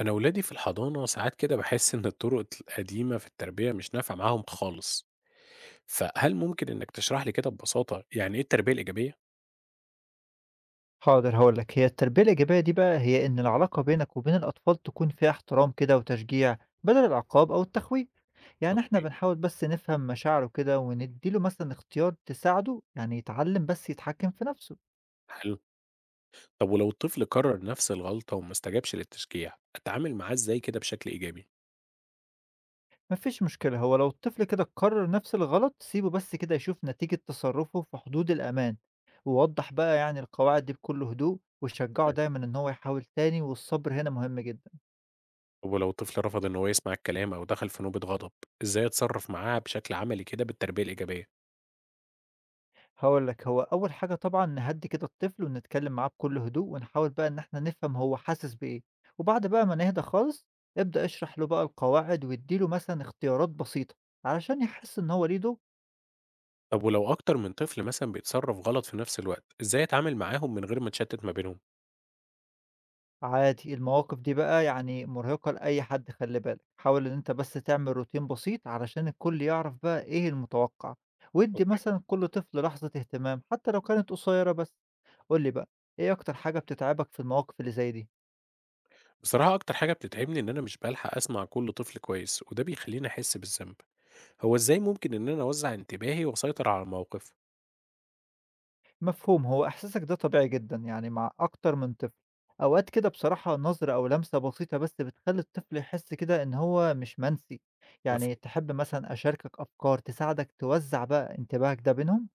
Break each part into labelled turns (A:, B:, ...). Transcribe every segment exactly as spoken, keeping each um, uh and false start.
A: أنا ولادي في الحضانة، ساعات كده بحس إن الطرق القديمة في التربية مش نافعة معاهم خالص، فهل ممكن إنك تشرح لي كده ببساطة يعني إيه التربية الإيجابية؟
B: حاضر هاقول لك، هي التربية الإيجابية دي بقى هي إن العلاقة بينك وبين الأطفال تكون فيها احترام كده وتشجيع بدل العقاب أو التخويف، يعني إحنا
A: أوكي.
B: بنحاول بس نفهم مشاعره كده ونديله مثلًا اختيار تساعده يعني يتعلم بس يتحكم في نفسه،
A: حلو. طب ولو الطفل كرر نفس الغلطة وما استجابش للتشجيع، أتعامل معاه إزاي كده بشكل إيجابي؟
B: ما فيش مشكلة. هو لو الطفل كده قرر نفس الغلط سيبه بس كده يشوف نتيجة تصرفه في حدود الأمان، ووضح بقى يعني القواعد دي بكل هدوء، وشجعه
A: تمام.
B: دايمًا إن هو يحاول تاني والصبر هنا مهم جدًا.
A: طب ولو الطفل رفض إن هو يسمع الكلام أو دخل في نوبة غضب، إزاي أتصرف معاه بشكل عملي كده بالتربية الإيجابية؟
B: هاقول لك، هو أول حاجة طبعًا نهدّي كده الطفل ونتكلّم معاه بكل هدوء ونحاول بقى إن إحنا نفهم هو حاسس بإيه، وبعد بقى ما نهدى خالص، ابدأ اشرح له بقى القواعد وادّي له مثلًا اختيارات بسيطة، علشان يحس إن هو ليه دور.
A: طب ولو أكتر من طفل مثلا بيتصرف غلط في نفس الوقت، إزاي أتعامل معاهم من غير ما أتشتت ما بينهم؟
B: عادي المواقف دي بقى يعني مرهقة لأي حد، خلّي بالك، حاول إن أنت بس تعمل روتين بسيط علشان الكل يعرف بقى إيه المتوقّع، وادّي
A: أوكي.
B: مثلًا كل طفل لحظة اهتمام حتى لو كانت قصيّرة بس. قُل لي بقى، إيه أكتر حاجة بتتعبك في المواقف اللي زي دي؟
A: بصراحة أكتر حاجة بتتعبني إن أنا مش بالحق أسمع كل طفل كويس، وده بيخليني أحس بالذنب. هو إزاي ممكن إن أنا أوزع انتباهي وأسيطر على الموقف؟
B: مفهوم، هو إحساسك ده طبيعي جدًا، يعني مع أكتر من طفل. أوقات كده بصراحة نظرة أو لمسة بسيطة بس بتخلّي الطفل يحس كده إن هو مش منسي. يعني
A: مفهوم.
B: تحب مثلًا أشاركك أفكار تساعدك توزّع بقى انتباهك ده بينهم؟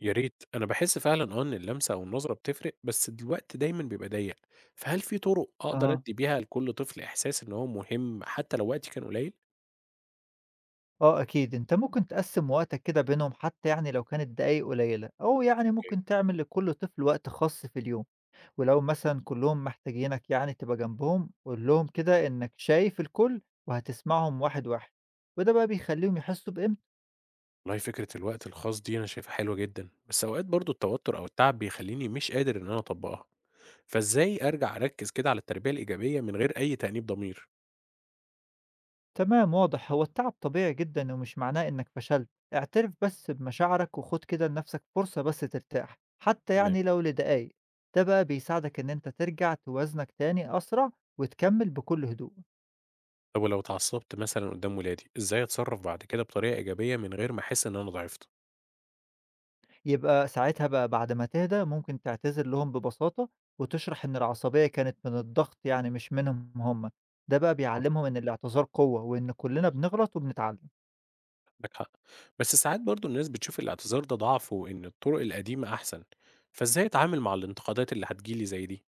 A: يا ريت، أنا بحس فعلا أه إن اللمسة أو النظرة بتفرق، بس الوقت دايما بيبقى ضيق، فهل في طرق أقدر
B: أها.
A: أدي بيها لكل طفل إحساس إن هو مهم حتى لو وقتي كان قليل؟
B: آه أكيد، أنت ممكن تقسّم وقتك كده بينهم حتى يعني لو كانت دقايق قليلة، أو يعني
A: أوكي.
B: ممكن تعمل لكل طفل وقت خاص في اليوم، ولو مثلًا كلّهم محتاجينك يعني تبقى جنبهم، قُل لهم كده إنك شايف الكل وهتسمعهم واحد، واحد، وده بقى بيخلّيهم يحسّوا بقيمتك.
A: والله فكرة الوقت الخاص دي أنا شايفها حلوة جدا، بس أوقات برضو التوتر أو التعب بيخليني مش قادر إن أنا أطبقها، فإزاي أرجع أركز كده على التربية الإيجابية من غير أي تأنيب ضمير؟
B: تمام واضح، هو التعب طبيعي جدا ومش معناه انك فشلت. اعترف بس بمشاعرك وخد كده لنفسك فرصة بس ترتاح حتى
A: تمام.
B: يعني لو لدقايق. ده بقى بيساعدك ان انت ترجع توازنك تاني اسرع وتكمل بكل هدوء.
A: طب ولو اتعصبت مثلًا قدّام ولادي، إزاي أتصرّف بعد كده بطريقة إيجابية من غير ما أحس إن أنا ضعفت؟
B: يبقى ساعتها بقى بعد ما تهدى ممكن تعتذر لهم ببساطة وتشرح ان العصبية كانت من الضغط يعني مش منهم هم. ده بقى
A: حاضر،
B: بيعلمهم ان الاعتذار قوة وان كلنا بنغلط وبنتعلم.
A: عندك حق، بس ساعات برضه الناس بتشوف الاعتذار ده ضعف وإن الطرق القديمة أحسن، فإزاي أتعامل مع الانتقادات اللي هتيجي لي زي دي؟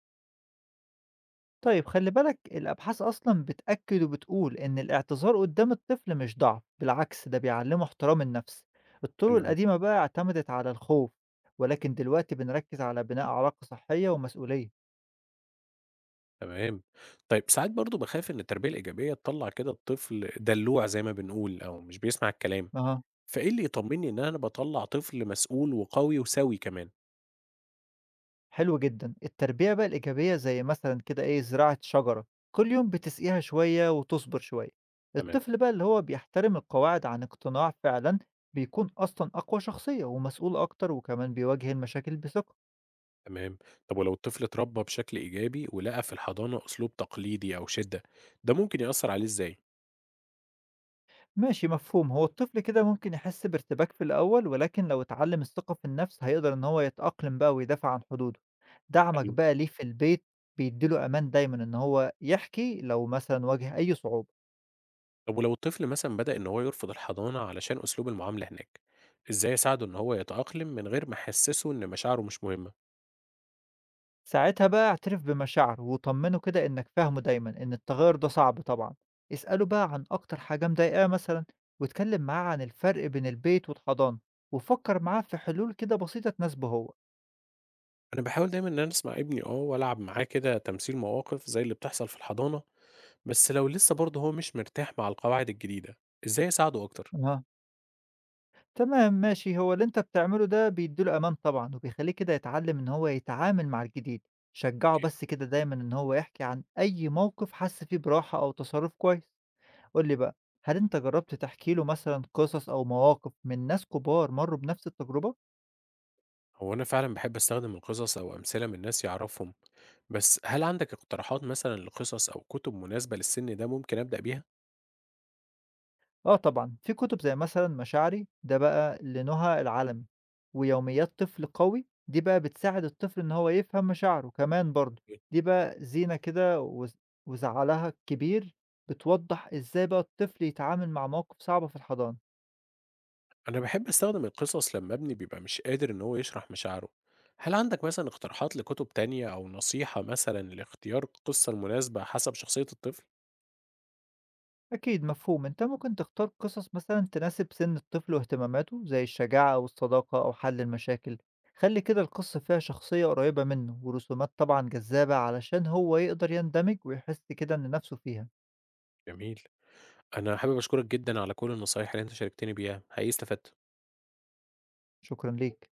B: طيب خلي بالك، الأبحاث أصلا بتأكد وبتقول إن الاعتذار قدام الطفل مش ضعف، بالعكس ده بيعلمه احترام النفس. الطرق
A: حلو أوي.
B: القديمة بقى اعتمدت على الخوف، ولكن دلوقتي بنركز على بناء علاقة صحية ومسؤولية.
A: تمام. طيب ساعات برضه باخاف إن التربية الإيجابية تطلّع كده الطفل دلّوع زي ما بنقول أو مش بيسمع الكلام،
B: أها.
A: فإيه اللي يطمّني إن أنا باطلّع طفل مسؤول وقوي وسَوي كمان؟
B: حلو جدا. التربية بقى الإيجابية زي مثلا كده إيه، زراعة شجرة، كل يوم بتسقيها شوية وتصبر شوية.
A: تمام.
B: الطفل بقى اللي هو بيحترم القواعد عن اقتناع فعلا بيكون أصلا أقوى شخصية ومسؤول أكتر وكمان بيواجه المشاكل بثقة.
A: تمام. طب ولو الطفل اتربى بشكل إيجابي ولقى في الحضانة أسلوب تقليدي أو شدة، ده ممكن يأثر عليه إزاي؟
B: ماشي مفهوم، هو الطفل كده ممكن يحس بارتباك في الأول ولكن لو اتعلم الثقة في النفس هيقدر إن هو يتأقلم بقى ويدافع عن حدوده. دعمك
A: أيوة.
B: بقى ليه في البيت بيديله أمان دايما إن هو يحكي لو مثلا واجه أي صعوبة.
A: طب ولو الطفل مثلا بدأ إن هو يرفض الحضانة علشان أسلوب المعاملة هناك، إزاي أساعده إن هو يتأقلم من غير ما أحسسه إن مشاعره مش مهمة؟
B: ساعتها بقى اعترف بمشاعره وطمنه كده إنك فاهمه دايما إن التغير ده صعب طبعا. اسأله بقى عن أكتر حاجة مضايقاه مثلا، واتكلم معاه عن الفرق بين البيت والحضانة، وفكر معاه في حلول كده بسيطة تناسبه هو.
A: أنا بحاول دايما إن أنا أسمع ابني أه وألعب معاه كده تمثيل مواقف زي اللي بتحصل في الحضانة، بس لو لسه برضه هو مش مرتاح مع القواعد الجديدة، إزاي أساعده أكتر؟
B: تمام ماشي، هو اللي أنت بتعمله ده بيدّي له أمان طبعًا، وبيخلّيه كده يتعلّم إن هو يتعامل مع الجديد، شجّعه بس كده دايمًا إن هو يحكي عن أي موقف حَس فيه براحة أو تصرُّف كويس. قُل لي بقى، هل أنت جرّبت تحكي له مثلًا قصص أو مواقف من ناس كبار مرّوا بنفس التجربة؟
A: هو أنا فعلًا باحب أستخدم القصص أو أمثلة من ناس يعرفهم، بس هل عندك اقتراحات مثلًا لقصص أو كتب مناسبة للسن ده ممكن أبدأ بيها؟
B: آه طبعًا، في كتب زي مثلًا مشاعري ده بقى لنُهى العلَمي، ويوميات طفل قوي دي بقى بتساعد الطفل إن هو يفهم مشاعره، كمان برضه دي بقى زينة كده وز وزعلها الكبير بتوضّح إزاي بقى الطفل يتعامل مع مواقف صعبة في الحضانة.
A: أنا باحب أستخدم القصص لما ابني بيبقى مش قادر إن هو يشرح مشاعره، هل عندك مثلًا اقتراحات لكتب تانية أو نصيحة مثلًا لاختيار القصة المناسبة حسب شخصية الطفل؟
B: أكيد مفهوم، أنت ممكن تختار قصص مثلًا تناسب سن الطفل واهتماماته زي الشجاعة أو الصداقة أو حل المشاكل، خلّي كده القصة فيها شخصية قريبة منه ورسومات طبعًا جذابة علشان هو يقدر يندمج ويحس كده إن نَفْسه فيها.
A: جميل. أنا حابب أشكرك جدًا على كل النصايح اللي أنت شاركتني بيها، حقيقي استفدت.
B: شكرًا ليك.